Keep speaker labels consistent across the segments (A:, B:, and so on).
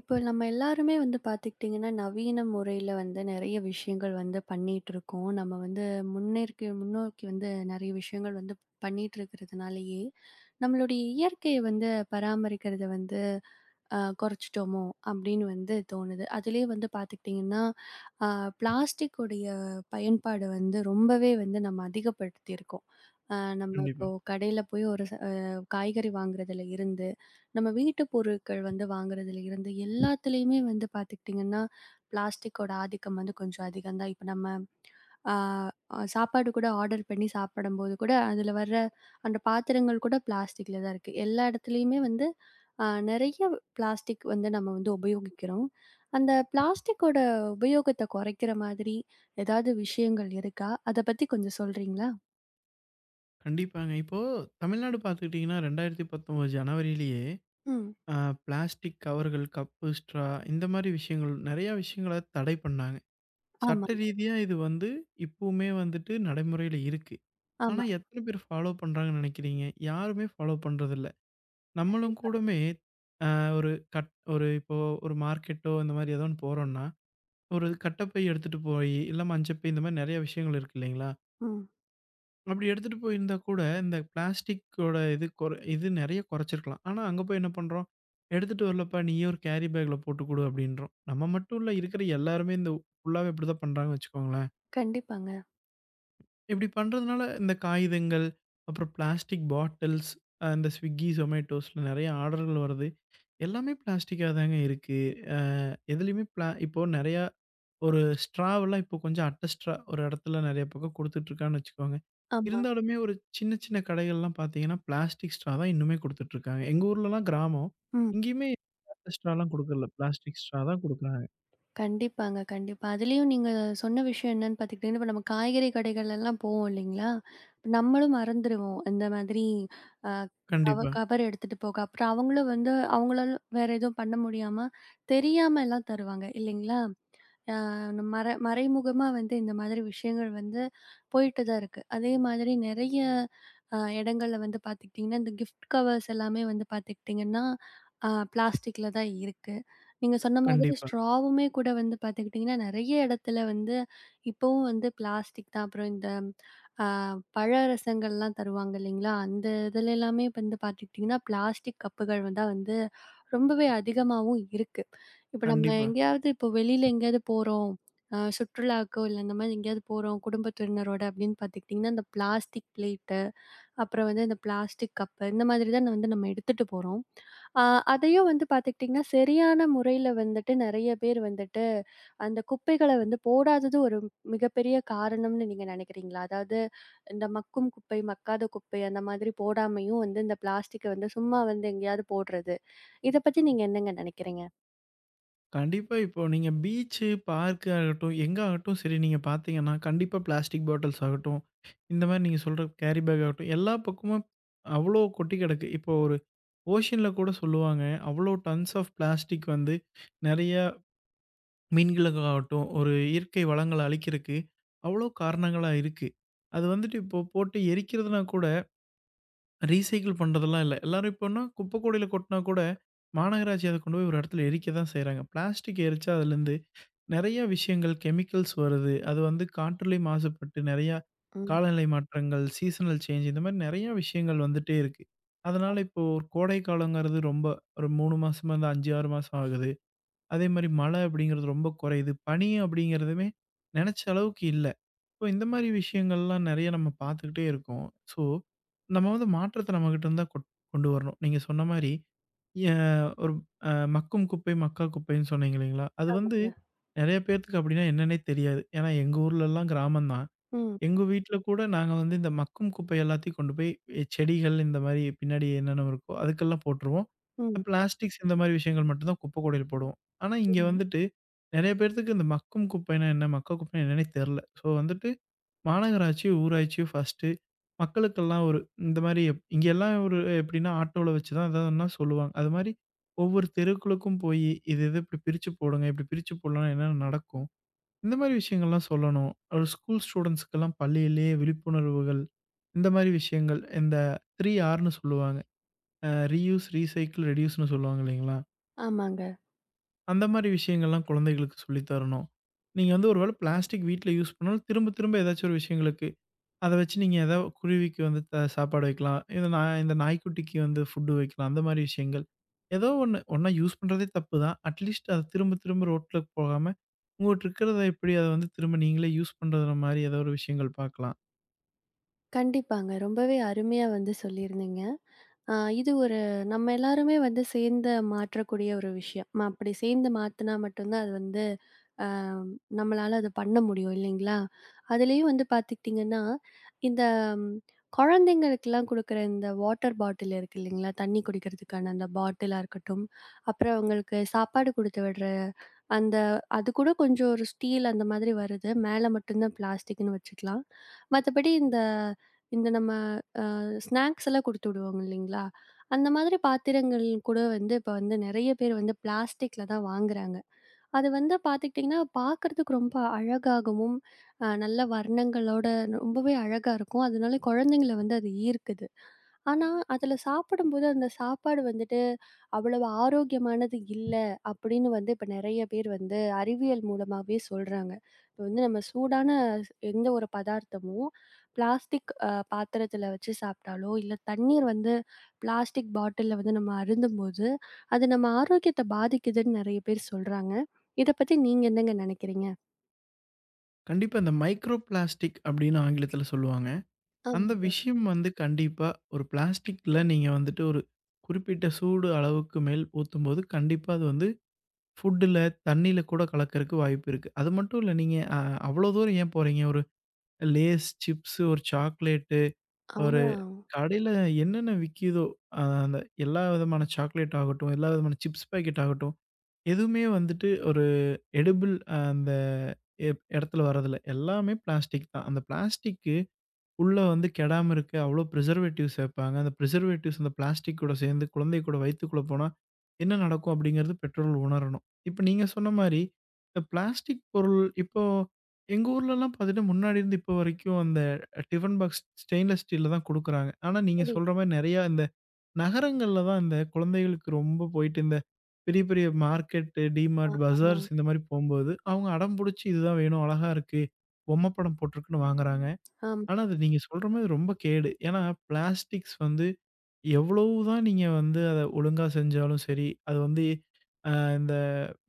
A: இப்போ நம்ம எல்லாருமே வந்து பார்த்துக்கிட்டிங்கன்னா, நவீன முறையில வந்து நெறைய விஷயங்கள் வந்து பண்ணிட்டுருக்கோம். நம்ம வந்து முன்னேற்கி முன்னோக்கி வந்து நெறைய விஷயங்கள் வந்து பண்ணிட்டுருக்கிறதுனாலயே, நம்மளுடைய இயற்கைய வந்து பராமரிக்கிறத வந்து குறைச்சிட்டோமோ! அப்படின்னு வந்து தோணுது. அதிலயே வந்து பார்த்துக்கிட்டிங்கன்னா, அ பிளாஸ்டிக் உடைய பயன்பாடு வந்து ரொம்பவே வந்து நம்ம அதிகப்படுத்தியிருக்கோம். அ நம்ம இப்போ
B: கண்டிப்பா.
A: கடையில போய் ஒரு ச அ காய்கறி வாங்குறதுல இருந்து, நம்ம வீட்டு பொருட்கள் வந்து வாங்குறதுல இருந்து எல்லாத்துலயுமே வந்து பார்த்துக்கிட்டிங்கன்னா, பிளாஸ்டிக்கோட ஆதிக்கம் வந்து கொஞ்சம் அதிகம் தான். இப்ப நம்ம ஆ அ சாப்பாடு கூட ஆர்டர் பண்ணி சாப்பிடும்போது கூட, அதுல வர்ற அந்த பாத்திரங்கள் கூட பிளாஸ்டிக்ல தான் இருக்கு. எல்லா இடத்துலயுமே வந்து அ நெறைய பிளாஸ்டிக் வந்து நம்ம வந்து உபயோகிக்கிறோம். அந்த பிளாஸ்டிக்கோட உபயோகத்த குறைக்கிற மாதிரி ஏதாவது விஷயங்கள் இருக்கா? அத பத்தி கொஞ்சம் சொல்றீங்களா?
B: கண்டிப்பாங்க. இப்போ தமிழ்நாடு பார்த்துக்கிட்டீங்கன்னா, 2019 ஜனவரியிலேயே
A: ம்.
B: அ பிளாஸ்டிக் கவர்கள், கப்பு, ஸ்ட்ரா இந்த மாரி விஷயங்கள் நெறையா விஷயங்கள தடை பண்ணாங்க. சட்ட
A: ஆமாங்க.
B: ரீதியா இது வந்து இப்பவுமே வந்துட்டு நடைமுறையில இருக்கு. ஆனா,
A: ஆமா.
B: எத்தன பேர் ஃபாலோ பண்றாங்கன்னு நெனைக்கிறீங்க? யாருமே ஃபாலோ பண்றதில்ல. நம்மளும்
A: கண்டிப்பா.
B: கூடமே அ ஒரு கட் ஒரு இப்போ ஒரு மார்க்கெட்டோ இந்த மாரி ஏதோ ஒண்ணு போறோம்ன்னா, ஒரு கட்டப்பை எடுத்துட்டு போயி, இல்ல மஞ்சப்பை இந்த மாரி நெறைய விஷயங்கள் இருக்கு இல்லைங்களா?
A: ம்.
B: அப்படி எடுத்துட்டு போயிருந்தா கூட, இந்த பிளாஸ்டிக்கோட இது நெறைய கொறச்சிருக்கலாம். ஆனா அங்க போய் என்ன பண்றோம்? "எடுத்துட்டு வரலப்பா, நீயே ஒரு கேரி பேக்ல போட்டு குடு" அப்படின்றோம். நம்ம மட்டும் இல்ல, இருக்கிற எல்லாருமே இந்த ஃபுல்லாவே இப்படிதான் பண்றாங்கன்னு வச்சுக்கோங்களேன்.
A: கண்டிப்பாங்க.
B: இப்படி பண்றதுனால இந்த காகிதங்கள், அப்புறம் பிளாஸ்டிக் பாட்டில்ஸ், இந்த Swiggy, Zomatoஸ்ல நெறைய ஆர்டர்கள் வருது. எல்லாமே பிளாஸ்டிக்கா தாங்க இருக்கு. அ எதுலயுமே பிளா இப்போ நெறையா ஒரு ஸ்ட்ராவெல்லாம் இப்போ கொஞ்சம் அட்ட ஸ்ட்ரா ஒரு இடத்துல நெறைய பக்கம் குடுத்துட்டுருக்கான்னு வச்சுக்கோங்க.
A: ஆமா.
B: இருந்தாலுமே ஒரு சின்ன சின்ன கடைகள்லாம் பார்த்தீங்கன்னா, பிளாஸ்டிக் ஸ்ட்ரா தான் இன்னுமே குடுத்துட்டுருக்காங்க. எங்க ஊர்லலாம் கிராமம்.
A: ம்.
B: இங்கேயுமே அட்ட ஸ்ட்ராலாம் குடுக்கல. பிளாஸ்டிக் ஸ்ட்ரா தான் குடுக்குறாங்க.
A: கண்டிப்பாங்க, கண்டிப்பா. அதுலயும் நீங்க சொன்ன விஷயம் என்னன்னு பாத்துக்கிட்டீங்கன்னா, இப்ப நம்ம காய்கறி கடைகள்லாம் போவோம் இல்லைங்களா? நம்மளும் மறந்துருவோம். இந்த மாதிரி அ கவ
B: கண்டிப்பா,
A: கவர் எடுத்துட்டு போக. அப்புறம் அவங்களும் வந்து அவங்களால வேற எதுவும் பண்ண முடியாம தெரியாம எல்லாம் தருவாங்க இல்லைங்களா? மற மறைமுகமா வந்து இந்த மாதிரி விஷயங்கள் வந்து போயிட்டு தான் இருக்கு. அதே மாதிரி நெறைய இடங்கள்ல வந்து பார்த்துக்கிட்டிங்கன்னா, இந்த கிஃப்ட் கவர்ஸ் எல்லாமே வந்து பார்த்துக்கிட்டிங்கன்னா, அ பிளாஸ்டிக்ல தான் இருக்கு. நீங்க சொன்ன மாதிரி
B: கண்டிப்பா,
A: ஸ்ட்ராவுமே கூட வந்து பார்த்துக்கிட்டிங்கன்னா, நெறைய இடத்துல வந்து இப்பவும் வந்து பிளாஸ்டிக் தான். அப்புறம் இந்த அ பழரசங்கள்லாம் தருவாங்க இல்லைங்களா? அந்த இதுல எல்லாமே வந்து பார்த்துக்கிட்டிங்கன்னா, பிளாஸ்டிக் கப்புகள் தான் வந்து ரொம்பவே அதிகமாவும் இருக்கு. இப்ப நம்ம
B: கண்டிப்பா.
A: எங்கேயாவது இப்போ வெளியில எங்கேயாவது போறோம். சுற்றுலாக்கோ, இல்ல இந்த மாதிரி எங்கேயாவது போறோம் குடும்பத்தினரோட அப்படின்னு பார்த்துக்கிட்டிங்கன்னா, இந்த பிளாஸ்டிக் பிளேட்டு, அப்புறம் வந்து இந்த பிளாஸ்டிக் கப்பு இந்த மாதிரி தான் வந்து நம்ம எடுத்துட்டு போறோம். அ அதையும் வந்து பார்த்துக்கிட்டிங்கன்னா, சரியான முறையில வந்துட்டு நெறைய பேர் வந்துட்டு அந்த குப்பைகள வந்து போடாதது ஒரு மிகப்பெரிய காரணம்னு நீங்க நினைக்கிறீங்களா? அதாவது இந்த மக்கும் குப்பை, மக்காத குப்பை அந்த மாதிரி போடாமையும் வந்து இந்த பிளாஸ்டிக்க வந்து சும்மா வந்து எங்கேயாவது போடுறது. இத பத்தி நீங்க என்னங்க நினைக்கிறீங்க?
B: கண்டிப்பா இப்போ நீங்க பீச்சு, பார்க் ஆகட்டும், எங்க ஆகட்டும் சரி நீங்க பார்த்தீங்கன்னா, கண்டிப்பா பிளாஸ்டிக் பாட்டில்ஸ் ஆகட்டும், இந்த மாரி நீங்க சொல்ற கேரி பேக் ஆகட்டும், எல்லா பக்கமும் அவ்ளோ கொட்டி கிடக்கு. இப்போ ஒரு ஓஷன்ல கூட சொல்லுவாங்க. அவ்ளோ டன்ஸ் ஆஃப் பிளாஸ்டிக் வந்து நெறைய மீன்களுக்காகட்டும், ஒரு இயற்கை வளங்கள அழிக்கிறக்கு அவ்ளோ காரணங்களா இருக்கு. அது வந்துட்டு இப்போ போட்டு எரிக்கிறதுனா கூட ரீசைக்கிள் பண்றதெல்லாம் இல்ல. எல்லாரும் இப்போன்னா குப்பை கூடையில கொட்னா கூட மாநகராட்சி அத கொண்டு போய் ஒரு இடத்துல எரிக்க தான் செய்றாங்க. பிளாஸ்டிக் எரிச்சா அதுலேருந்து நெறைய விஷயங்கள் கெமிக்கல்ஸ் வருது. அது வந்து காற்றுலயும் மாசுபட்டு நெறையா
A: ம்.
B: காலநிலை மாற்றங்கள், சீசனல் சேஞ்ச் இந்த மாரி நெறையா விஷயங்கள் வந்துட்டே இருக்கு. அதனால இப்போ ஒரு கோடை காலங்கிறது ரொம்ப ஒரு 3 மாசமா இருந்து 5, 6 மாசம் ஆகுது. அதே மாரி மழை அப்படிங்கிறது ரொம்ப குறையுது. பனி அப்படிங்கிறதுமே நெனைச்ச அளவுக்கு இல்ல. இப்போ இந்த மாரி விஷயங்கள்லாம் நெறைய நம்ம பார்த்துக்கிட்டே இருக்கோம். ஸோ, நம்ம வந்து மாற்றத்த நம்மகிட்ட இருந்தா கொண்டு வரணும். நீங்க சொன்ன மாரி, எ ஒரு மக்கும் குப்பை, மக்கா குப்பைன்னு சொன்னீங்க இல்லைங்களா? அது வந்து
A: ஆமா.
B: நெறைய பேத்துக்கு அப்படின்னா என்னன்னே தெரியாது. ஏன்னா எங்க ஊர்லலாம் கிராமம் தான்.
A: ம்,
B: எங்க வீட்ல கூட நாங்க வந்து இந்த மக்கும் குப்பை எல்லாத்தையும் கொண்டு போய் செடிகள் இந்த மாரி பின்னாடி என்னென்ன இருக்கோ அதுக்கெல்லாம் போட்டுருவோம்.
A: ம்.
B: பிளாஸ்டிக்ஸ் இந்த மாரி விஷயங்கள் மட்டும் தான் குப்பை கூடையில போடுவோம். ஆனா, இங்க வந்துட்டு நெறைய பேத்துக்கு இந்த மக்கும் குப்பைன்னா என்ன? மக்கா குப்பைன்னா என்னன்னே தெர்ல. ஸோ வந்துட்டு மாநகராட்சி, ஊராட்சி ஃபர்ஸ்ட்டு மக்களுக்கெல்லாம் ஒரு இந்த மாரி இங்க எல்லாம் ஒரு எப்படின்னா, ஆட்டோல வச்சு தான் எதாவதுன்னா சொல்லுவாங்க. அது மாரி ஒவ்வொரு தெருக்களுக்கும் போயி, இது இது இப்படி பிரிச்சு போடுங்க, இப்படி பிரிச்சு போடலன்னா என்னென்ன நடக்கும்? இந்த மாரி விஷயங்கள்லாம் சொல்லணும். ஒரு ஸ்கூல் ஸ்டூடண்ட்ஸ்க்கெல்லாம் பள்ளியிலேயே விழிப்புணர்வுகள், இந்த மாரி விஷயங்கள். இந்த 3 Rன்னு சொல்லுவாங்க. ரீயூஸ், ரீசைக்கிள், ரெடியூஸ்ன்னு சொல்லுவாங்க இல்லைங்களா?
A: ஆமாங்க.
B: அந்த மாரி விஷயங்கள்லாம் குழந்தைகளுக்கு சொல்லி தரணும். நீங்க வந்து ஒரு வேள பிளாஸ்டிக் வீட்ல யூஸ் பண்ணாலும், திரும்ப திரும்ப ஏதாச்சும் ஒரு விஷயங்களுக்கு அத வச்சு நீங்க ஏதா குருவிக்கு வந்து சாப்பாடு வைக்கலாம். இது நான் இந்த நாய்க்குட்டிக்கு வந்து ஃபுட் வைக்கலாம். அந்த மாரி விஷயங்கள். ஏதோ ஒண்ணு ஒண்ணா யூஸ் பண்றதே தப்பு தான். அட்லீஸ்ட் அத திரும்ப திரும்ப ரோட்ல போகாம, உங்கட்ட இருக்கிறத எப்படி அத வந்து திரும்ப நீங்களே யூஸ் பண்ற மாரி ஏதோ ஒரு விஷயங்கள் பார்க்கலாம்.
A: கண்டிப்பாங்க. ரொம்பவே அருமையா வந்து சொல்லியிருந்தீங்க. ஆ இது ஒரு நம்ம எல்லாருமே வந்து சேர்ந்து மாற்றக்கூடிய ஒரு விஷயம். அப்படி சேர்ந்து மாத்துனா மட்டும் தான் அது வந்து அ நம்மளால அது பண்ண முடியும் இல்லைங்களா? அதுலயும் வந்து பார்த்துக்கிட்டிங்கன்னா, இந்த ம், குழந்தைங்களுக்கெல்லாம் குடுக்குற இந்த வாட்டர் பாட்டில் இருக்கு இல்லைங்களா? தண்ணி குடிக்கிறதுக்கான அந்த பாட்டிலா இருக்கட்டும், அப்புறம் அவங்களுக்கு சாப்பாடு குடுத்து விடுற அந்த அது கூட கொஞ்சம் ஒரு ஸ்டீல் அந்த மாதிரி வருது. மேல மட்டும் தான் பிளாஸ்டிக்ன்னு வச்சுக்கலாம். மத்தபடி இந்த இந்த நம்ம ஸ்நாக்ஸ் எல்லாம் குடுத்து விடுவாங்க இல்லைங்களா? அந்த மாதிரி பாத்திரங்கள் கூட வந்து இப்ப வந்து நெறைய பேர் வந்து பிளாஸ்டிக்ல தான் வாங்குறாங்க. அது வந்து பார்த்துக்கிட்டிங்கன்னா, பார்க்கறதுக்கு ரொம்ப அழகாகவும், நல்ல வர்ணங்களோட ரொம்பவே அழகா இருக்கும். அதனால குழந்தைங்கள வந்து அது ஈர்க்குது. ஆனா, அதுல சாப்பிடும்போது அந்த சாப்பாடு வந்துட்டு அவ்வளவு ஆரோக்கியமானது இல்ல அப்படின்னு வந்து இப்ப நெறைய பேர் வந்து அறிவியல் மூலமாவே சொல்றாங்க. இப்ப வந்து நம்ம சூடான எந்த ஒரு பதார்த்தமும் பிளாஸ்டிக் பாத்திரத்துல வச்சு சாப்பிட்டாலோ, இல்ல தண்ணீர் வந்து பிளாஸ்டிக் பாட்டில்ல வந்து நம்ம அருந்தும்போது, அது நம்ம ஆரோக்கியத்த பாதிக்குதுன்னு நெறைய பேர் சொல்றாங்க. இத பத்தி நீங்க என்னங்க நெனைக்கிறீங்க?
B: கண்டிப்பா இந்த மைக்ரோ பிளாஸ்டிக் அப்படின்னு ஆங்கிலத்தில சொல்லுவாங்க. அந்த
A: ஆமாங்க.
B: விஷயம் வந்து கண்டிப்பா ஒரு பிளாஸ்டிக்ல நீங்க வந்துட்டு ஒரு குறிப்பிட்ட சூடு அளவுக்கு மேல் ஊத்தும்போது, கண்டிப்பா அது வந்து ஃபுட்டுல, தண்ணீல கூட கலக்கறக்கு வாய்ப்பு இருக்கு. அது மட்டும் இல்ல, நீங்க அவ்ளோ தூரம் ஏன் போறீங்க? ஒரு லேஸ், சிப்ஸு, ஒரு சாக்லேட்டு, ஒரு
A: ஆ.
B: கடையில என்னென்ன விக்கிதோ, அ அந்த எல்லா விதமான சாக்லேட் ஆகட்டும், எல்லா விதமான சிப்ஸ் பாக்கெட் ஆகட்டும், எதுவுமே வந்துட்டு ஒரு எடிபிள் அந்த எ இடத்துல வரதில்ல. எல்லாமே பிளாஸ்டிக் தான். அந்த பிளாஸ்டிக்க உள்ள வந்து கெடாம இருக்க அவ்வளோ பிரிசர்வேட்டிவ்ஸ் சேர்ப்பாங்க. அந்த பிரிசர்வேட்டிவ்ஸ் அந்த பிளாஸ்டிக் கூட சேர்ந்து குழந்தை கூட வயித்துக்குள்ள போனா என்ன நடக்கும் அப்படிங்கிறது பெற்றோர்கள் உணரணும். இப்ப நீங்க சொன்ன மாரி இந்த பிளாஸ்டிக் பொருள் இப்போ எங்க ஊர்லலாம் பார்த்தீங்கன்னா, முன்னாடி இருந்து இப்போ வரைக்கும் அந்த டிஃபன் பாக்ஸ் ஸ்டெயின்லெஸ் ஸ்டீல்ல தான் குடுக்குறாங்க. ஆனா நீங்க
A: சரி.
B: சொல்ற மாரி நெறையா இந்த நகரங்கள்ல தான் இந்த குழந்தைகளுக்கு ரொம்ப போயிட்டு இந்த பெரிய பெரிய மார்க்கெட்டு, டிமார்ட்,
A: ஆமா.
B: பஜார்ஸ் இந்த மாரி போம்போது அவங்க அடம் புடிச்சு இதுதான் வேணும், அழகா இருக்கு, பொம்மை படம் போட்டிருக்குன்னு வாங்குறாங்க.
A: ஆமா.
B: ஆனா, அது நீங்க சொல்ற மாரி ரொம்ப கேடு. ஏன்னா, பிளாஸ்டிக்ஸ் வந்து எவ்வளவு தான் நீங்க வந்து அத ஒழுங்கா செஞ்சாலும் சரி, அது வந்து அ இந்த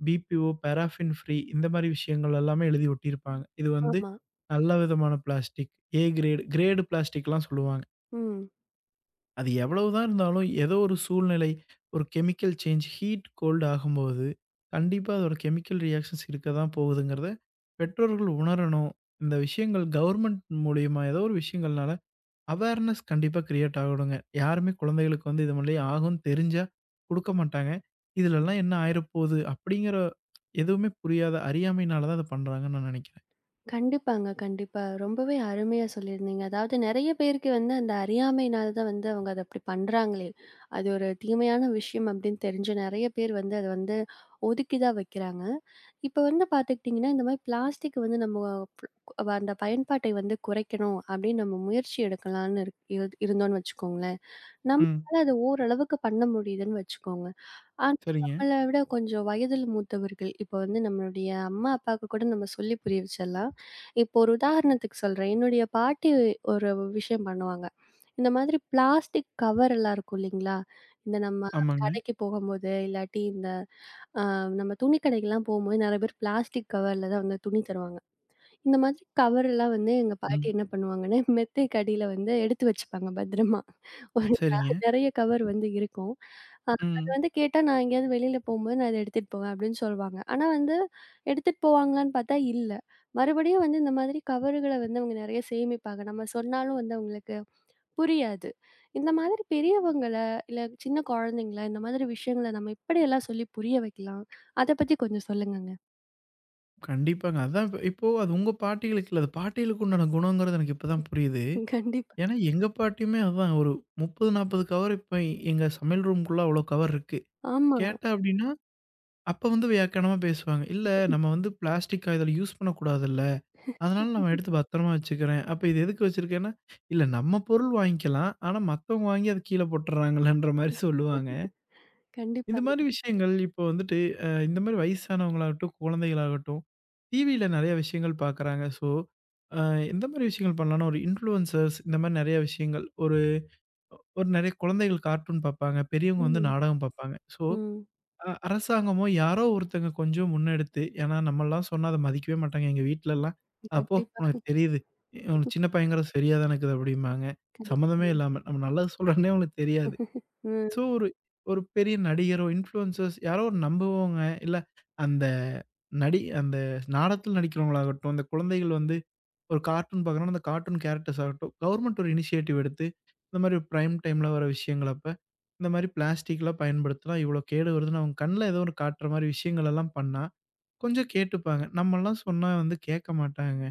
B: பிபிஓ, பாராஃபின் ஃப்ரீ இந்த மாரி விஷயங்கள் எல்லாமே எழுதி ஒட்டியிருப்பாங்க. இது வந்து
A: ஆமா.
B: நல்ல விதமான பிளாஸ்டிக், ஏ கிரேடு, கிரேடு பிளாஸ்டிக்லாம் சொல்லுவாங்க.
A: ம்.
B: அது எவ்வளவு தான் இருந்தாலும் ஏதோ ஒரு சூழ்நிலை, ஒரு கெமிக்கல் சேஞ்ச், ஹீட், கோல்டு ஆகும்போது, கண்டிப்பா அதோட கெமிக்கல் ரியாக்ஷன்ஸ் இருக்க தான் போகுதுங்கிறத பெற்றோர்கள் உணரணும். இந்த விஷயங்கள் கவர்மெண்ட் மூலியமா ஏதோ ஒரு விஷயங்கள் அவேர்னஸ் கண்டிப்பா கிரியேட் ஆகணுங்க. யாருமே குழந்தைகளுக்கு வந்து இது மாரிலாம் ஆகும்ன்னு தெரிஞ்சா குடுக்க மாட்டாங்க. இதுலலாம் என்ன ஆயிறப்போது அப்படிங்கிற எதுவுமே புரியாத அறியாமையினால தான் அத பண்றாங்கன்னு நான் நெனைக்கிறேன்.
A: கண்டிப்பாங்க, கண்டிப்பா. ரொம்பவே அருமையா சொல்லியிருந்தீங்க. அதாவது நெறைய பேருக்கு வந்து அந்த அறியாமையினால தான் வந்து அவங்க அத அப்படி பண்றாங்களே! அது ஒரு தீமையான விஷயம் அப்படின்னு தெரிஞ்சு நெறைய பேர் வந்து அத வந்து ஒதுக்கி தான் வைக்கிறாங்க. இப்ப வந்து பார்த்துக்கிட்டிங்கன்னா, இந்த மாரி பிளாஸ்டிக் வந்து நம்ம அந்த பயன்பாட்டை வந்து குறைக்கணும் அப்படின்னு நம்ம முயற்சி எடுக்கலான்னு இருக் இரு இருந்தோம்ன்னு வச்சுக்கோங்களேன்.
B: ம்.
A: நம்மளால அது ஓரளவுக்கு பண்ண முடியுதுன்னு வச்சுக்கோங்க. ஆ
B: சரிங்க.
A: நம்மள விட கொஞ்சம் வயதில் மூத்தவர்கள். இப்போ வந்து நம்மளுடைய அம்மா, அப்பாவுக்கு கூட நம்ம சொல்லி புரிய வச்சிடலாம். இப்போ ஒரு உதாரணத்துக்கு சொல்றேன். என்னுடைய பாட்டி ஒரு விஷயம் பண்ணுவாங்க. இந்த மாதிரி பிளாஸ்டிக் கவர் எல்லாம் இருக்கும் இல்லைங்களா? இந்த நம்ம
B: ஆமாங்க.
A: கடைக்கு போகும்போது, இல்லாட்டி இந்த அ நம்ம துணி கடைக்கெல்லாம் போகும்போது நெறைய பேர் பிளாஸ்டிக் கவர்ல தான் வந்து துணி தருவாங்க. இந்த மாதிரி கவர் எல்லாம் வந்து எங்க பாட்டி
B: ம்.
A: என்ன பண்ணுவாங்கன்னா, மெத்தைக்கு அடியில வந்து எடுத்து வச்சுப்பாங்க பத்திரமா. ஒரு
B: சரிங்க.
A: நெறைய கவர் வந்து இருக்கும். அ அது
B: ம்.
A: வந்து கேட்டா, "நான் எங்கேயாவது வெளியில போம்போது நான் இத எடுத்துட்டு போவேன்" அப்படின்னு சொல்லுவாங்க. ஆனா வந்து எடுத்துட்டு போவாங்களான்னு பார்த்தா இல்ல. மறுபடியும் வந்து இந்த மாதிரி கவர்கள வந்து அவங்க நெறைய சேமிப்பாங்க. நம்ம சொன்னாலும் வந்து அவங்களுக்கு புரியாது. இந்த மாதிரி பெரியவங்கள, இல்ல சின்ன குழந்தைங்கள, இந்த மாதிரி விஷயங்கள நம்ம எப்படியெல்லாம் சொல்லி புரிய வைக்கலாம்? அத பத்தி கொஞ்சம் சொல்லுங்கங்க.
B: கண்டிப்பாங்க. அதான் இப்ப இப்போ அது உங்க பாட்டிகளுக்கு இல்ல. அது பாட்டிகளுக்கு உண்டான குணங்கிறது எனக்கு இப்ப தான் புரியுது.
A: கண்டிப்பா.
B: ஏன்னா எங்க பாட்டியுமே அதான் ஒரு 30, 40 கவர் இப்ப எங்க சமையல் ரூம்க்குள்ள அவ்வளோ கவர் இருக்கு.
A: ஆமா.
B: கேட்டா அப்படின்னா, அப்ப வந்து வியாக்கியானமா பேசுவாங்க. "இல்ல நம்ம வந்து பிளாஸ்டிக் இதுல யூஸ் பண்ணக்கூடாதுல்ல." அதனால நான் எடுத்து பத்திரமா வச்சுக்கிறேன். அப்ப இது எதுக்கு வச்சிருக்கேன்னா, இல்ல நம்ம பொருள் வாங்கிக்கலாம். ஆனா மத்தவங்க வாங்கி அத கீழ போட்டுறாங்கன்ற மாரி சொல்லுவாங்க. இந்த
A: கண்டிப்பாங்க.
B: மாரி விஷயங்கள் இப்போ வந்துட்டு இந்த மாரி வயசானவங்களாகட்டும், குழந்தைகளாகட்டும், டிவியில நெறைய விஷயங்கள் பார்க்குறாங்க. ஸோ, அ எந்த மாரி விஷயங்கள் பண்ணலாம்னா, ஒரு இன்ஃப்ளூயன்சர்ஸ் இந்த மாரி நெறைய விஷயங்கள். ஒரு ஒரு நெறைய குழந்தைகள் கார்ட்டூன் பார்ப்பாங்க. பெரியவங்க வந்து
A: ம்.
B: நாடகம் பார்ப்பாங்க. ஸோ
A: ம்.
B: அரசாங்கமோ யாரோ ஒருத்தங்க கொஞ்சம் முன்னெடுத்து ஏன்னா நம்மலாம் சொன்னா அத மதிக்கவே மாட்டாங்க. எங்க வீட்லலாம், போ உனக்கு
A: கண்டிப்பாங்க.
B: தெரியுது. உனக்கு சின்ன பையங்கிற சரியா தான இருக்குது" அப்படிம்பாங்க. சம்மந்தமே இல்லாம. நம்ம நல்லது சொல்றோன்னே அவங்களுக்கு தெரியாது.
A: ம்.
B: ஸோ ஒரு ஒரு பெரிய நடிகரோ, இன்ஃப்ளூயன்சர்ஸ் யாரோ ஒரு நம்புவவங்க, இல்ல அந்த அந்த நாடகத்துல நடிக்கிறவங்களாகட்டும், அந்த குழந்தைகள் வந்து ஒரு கார்ட்டூன் பார்க்குறோம்னா, அந்த கார்ட்டூன் கேரக்டர்ஸ் ஆகட்டும், கவர்மெண்ட் ஒரு இனிஷியேட்டிவ் எடுத்து, இந்த மாரி பிரைம் டைம்ல வர விஷயங்கள் அப்ப, இந்த மாரி பிளாஸ்டிக்லாம் பயன்படுத்தினா இவ்வளோ கேடு வருதுன்னு அவங்க கண்ல ஏதோ ஒண்ணு காட்டுற மாரி விஷயங்கள் எல்லாம் பண்ணா, கொஞ்சம் கேட்டுப்பாங்க. நம்மலாம் சொன்னா வந்து கேட்க மாட்டாங்க.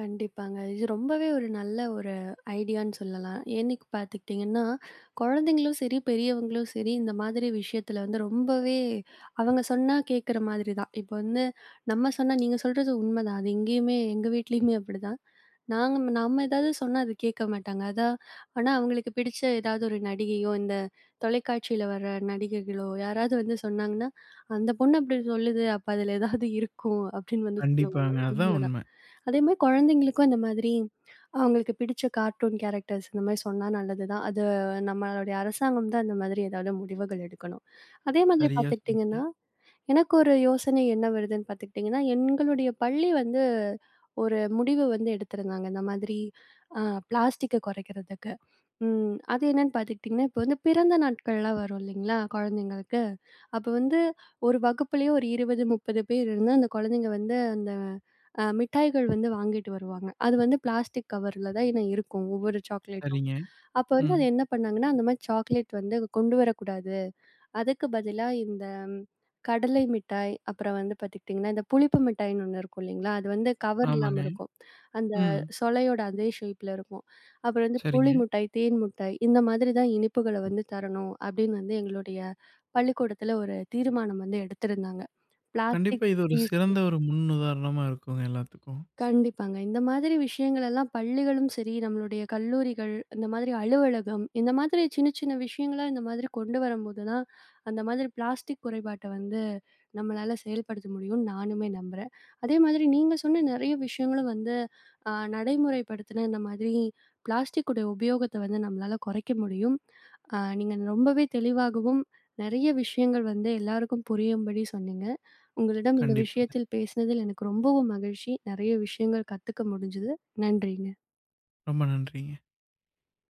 A: கண்டிப்பாங்க. இது ரொம்பவே ஒரு நல்ல ஒரு ஐடியான்னு சொல்லலாம். ஏன்னு பார்த்துக்கிட்டிங்கன்னா, குழந்தைங்களும் சரி, பெரியவங்களும் சரி, இந்த மாதிரி விஷயத்தில வந்து ரொம்பவே அவங்க சொன்னா கேட்குற மாதிரி தான். இப்போ வந்து நம்ம சொன்னா நீங்க சொல்றது உண்மைதான். அது எங்கேயுமே எங்க வீட்லயுமே அப்படிதான். நாங்க நம்ம ஏதாவது சொன்னா அது கேட்க மாட்டாங்க. அதான் ஆனா அவங்களுக்கு பிடிச்ச ஏதாவது ஒரு நடிகையோ, இந்த தொலைக்காட்சியில வர நடிகைகளோ யாராவது வந்து சொன்னாங்கன்னா, "அந்த பொண்ணு அப்படி சொல்லுது. அப்ப அதில ஏதாவது இருக்கும்" அப்படின்னு வந்து சொல்லுவாங்க.
B: கண்டிப்பாங்க. அதான்
A: உண்மைதான்.
B: உண்ம.
A: அதே மாரி குழந்தைங்களுக்கும் இந்த மாதிரி அவங்களுக்கு பிடிச்ச கார்ட்டூன் கேரக்டர்ஸ் இந்த மாரி சொன்னா நல்லது தான். அது நம்மளுடைய அரசாங்கம் தான் இந்த மாதிரி ஏதாவது முடிவுகள் எடுக்கணும். அதே மாதிரி
B: சரியா சொன்னீங்க.
A: பார்த்துக்கிட்டிங்கன்னா, எனக்கு ஒரு யோசனை என்ன வருதுன்னு பார்த்துக்கிட்டிங்கன்னா, எங்களுடைய பள்ளி வந்து ஒரு முடிவு வந்து எடுத்திருந்தாங்க. இந்த மாதிரி அ பிளாஸ்டிக்க குறைக்கிறதுக்கு. ம். அது என்னன்னு பார்த்துக்கிட்டிங்கன்னா, இப்போ வந்து பிறந்த நாட்கள்லாம் வரும் இல்லைங்களா, குழந்தைங்களுக்கு. அப்போ வந்து ஒரு வகுப்புலயே ஒரு 20, 30 பேர் இருந்தா, அந்த குழந்தைங்க வந்து அந்த மிட்டாய்கள் வந்து வாங்கிட்டு வருவாங்க. அது வந்து பிளாஸ்டிக் கவர்ல தான் ஏன்னா இருக்கும், ஒவ்வொரு சாக்லேட்டும்.
B: சரிங்க.
A: அப்போ வந்து
B: ம்.
A: அது என்ன பண்ணாங்கன்னா, அந்த மாரி சாக்லேட் வந்து கொண்டு வரக்கூடாது. அதுக்கு பதிலா இந்த கடலை மிட்டாய், அப்புறம் வந்து பார்த்துக்கிட்டிங்கன்னா, இந்த புளிப்பு மிட்டாய்ன்னு ஒண்ணு இருக்கும் இல்லைங்களா? அது வந்து கவர் இல்லாம
B: ஆமாங்க.
A: இருக்கும். அந்த
B: ம்.
A: சொலையோட அதே ஷேப்ல இருக்கும். அப்புறம் வந்து புளி
B: சரிங்க.
A: மிட்டாய், தேன் மிட்டாய் இந்த மாதிரி தான் இனிப்புகள வந்து தரணும் அப்படின்னு வந்து எங்களுடைய பள்ளிக்கூடத்துல ஒரு தீர்மானம் வந்து எடுத்திருந்தாங்க.
B: கண்டிப்பா
A: பிளாஸ்டிக்
B: இது ஒரு
A: ஃப்ரீ
B: சிறந்த
A: ஸ்கூல்.
B: ஒரு முன்னுதாரணமா இருக்குங்க எல்லாத்துக்கும்.
A: கண்டிப்பாங்க. இந்த மாதிரி விஷயங்கள் எல்லாம் பள்ளிகளும் சரி, நம்மளுடைய கல்லூரிகள், இந்த மாதிரி அலுவலகம், இந்த மாதிரி சின்ன சின்ன விஷயங்களா இந்த மாதிரி கொண்டு வரும்போது தான், அந்த மாதிரி பிளாஸ்டிக் குறைபாட்ட வந்து நம்மளால செயல்படுத்த முடியும்னு நானுமே நம்புறேன். அதே மாதிரி நீங்க சொன்ன நெறைய விஷயங்களும் வந்து நடைமுறைப்படுத்தின இந்த மாதிரி பிளாஸ்டிக்குடைய உபயோகத்த வந்து நம்மளால குறைக்க முடியும். நீங்க ரொம்பவே தெளிவாகவும், நெறைய விஷயங்கள் வந்து எல்லாருக்கும் புரியும்படி சொன்னீங்க. உங்களிடம் இந்த
B: கண்டிப்பாங்க.
A: விஷயத்தில் பேசினதில் எனக்கு ரொம்பவும் மகிழ்ச்சி. நிறைய விஷயங்கள் கத்துக்க முடிஞ்சது. நன்றி.
B: ரொம்ப நன்றிங்க.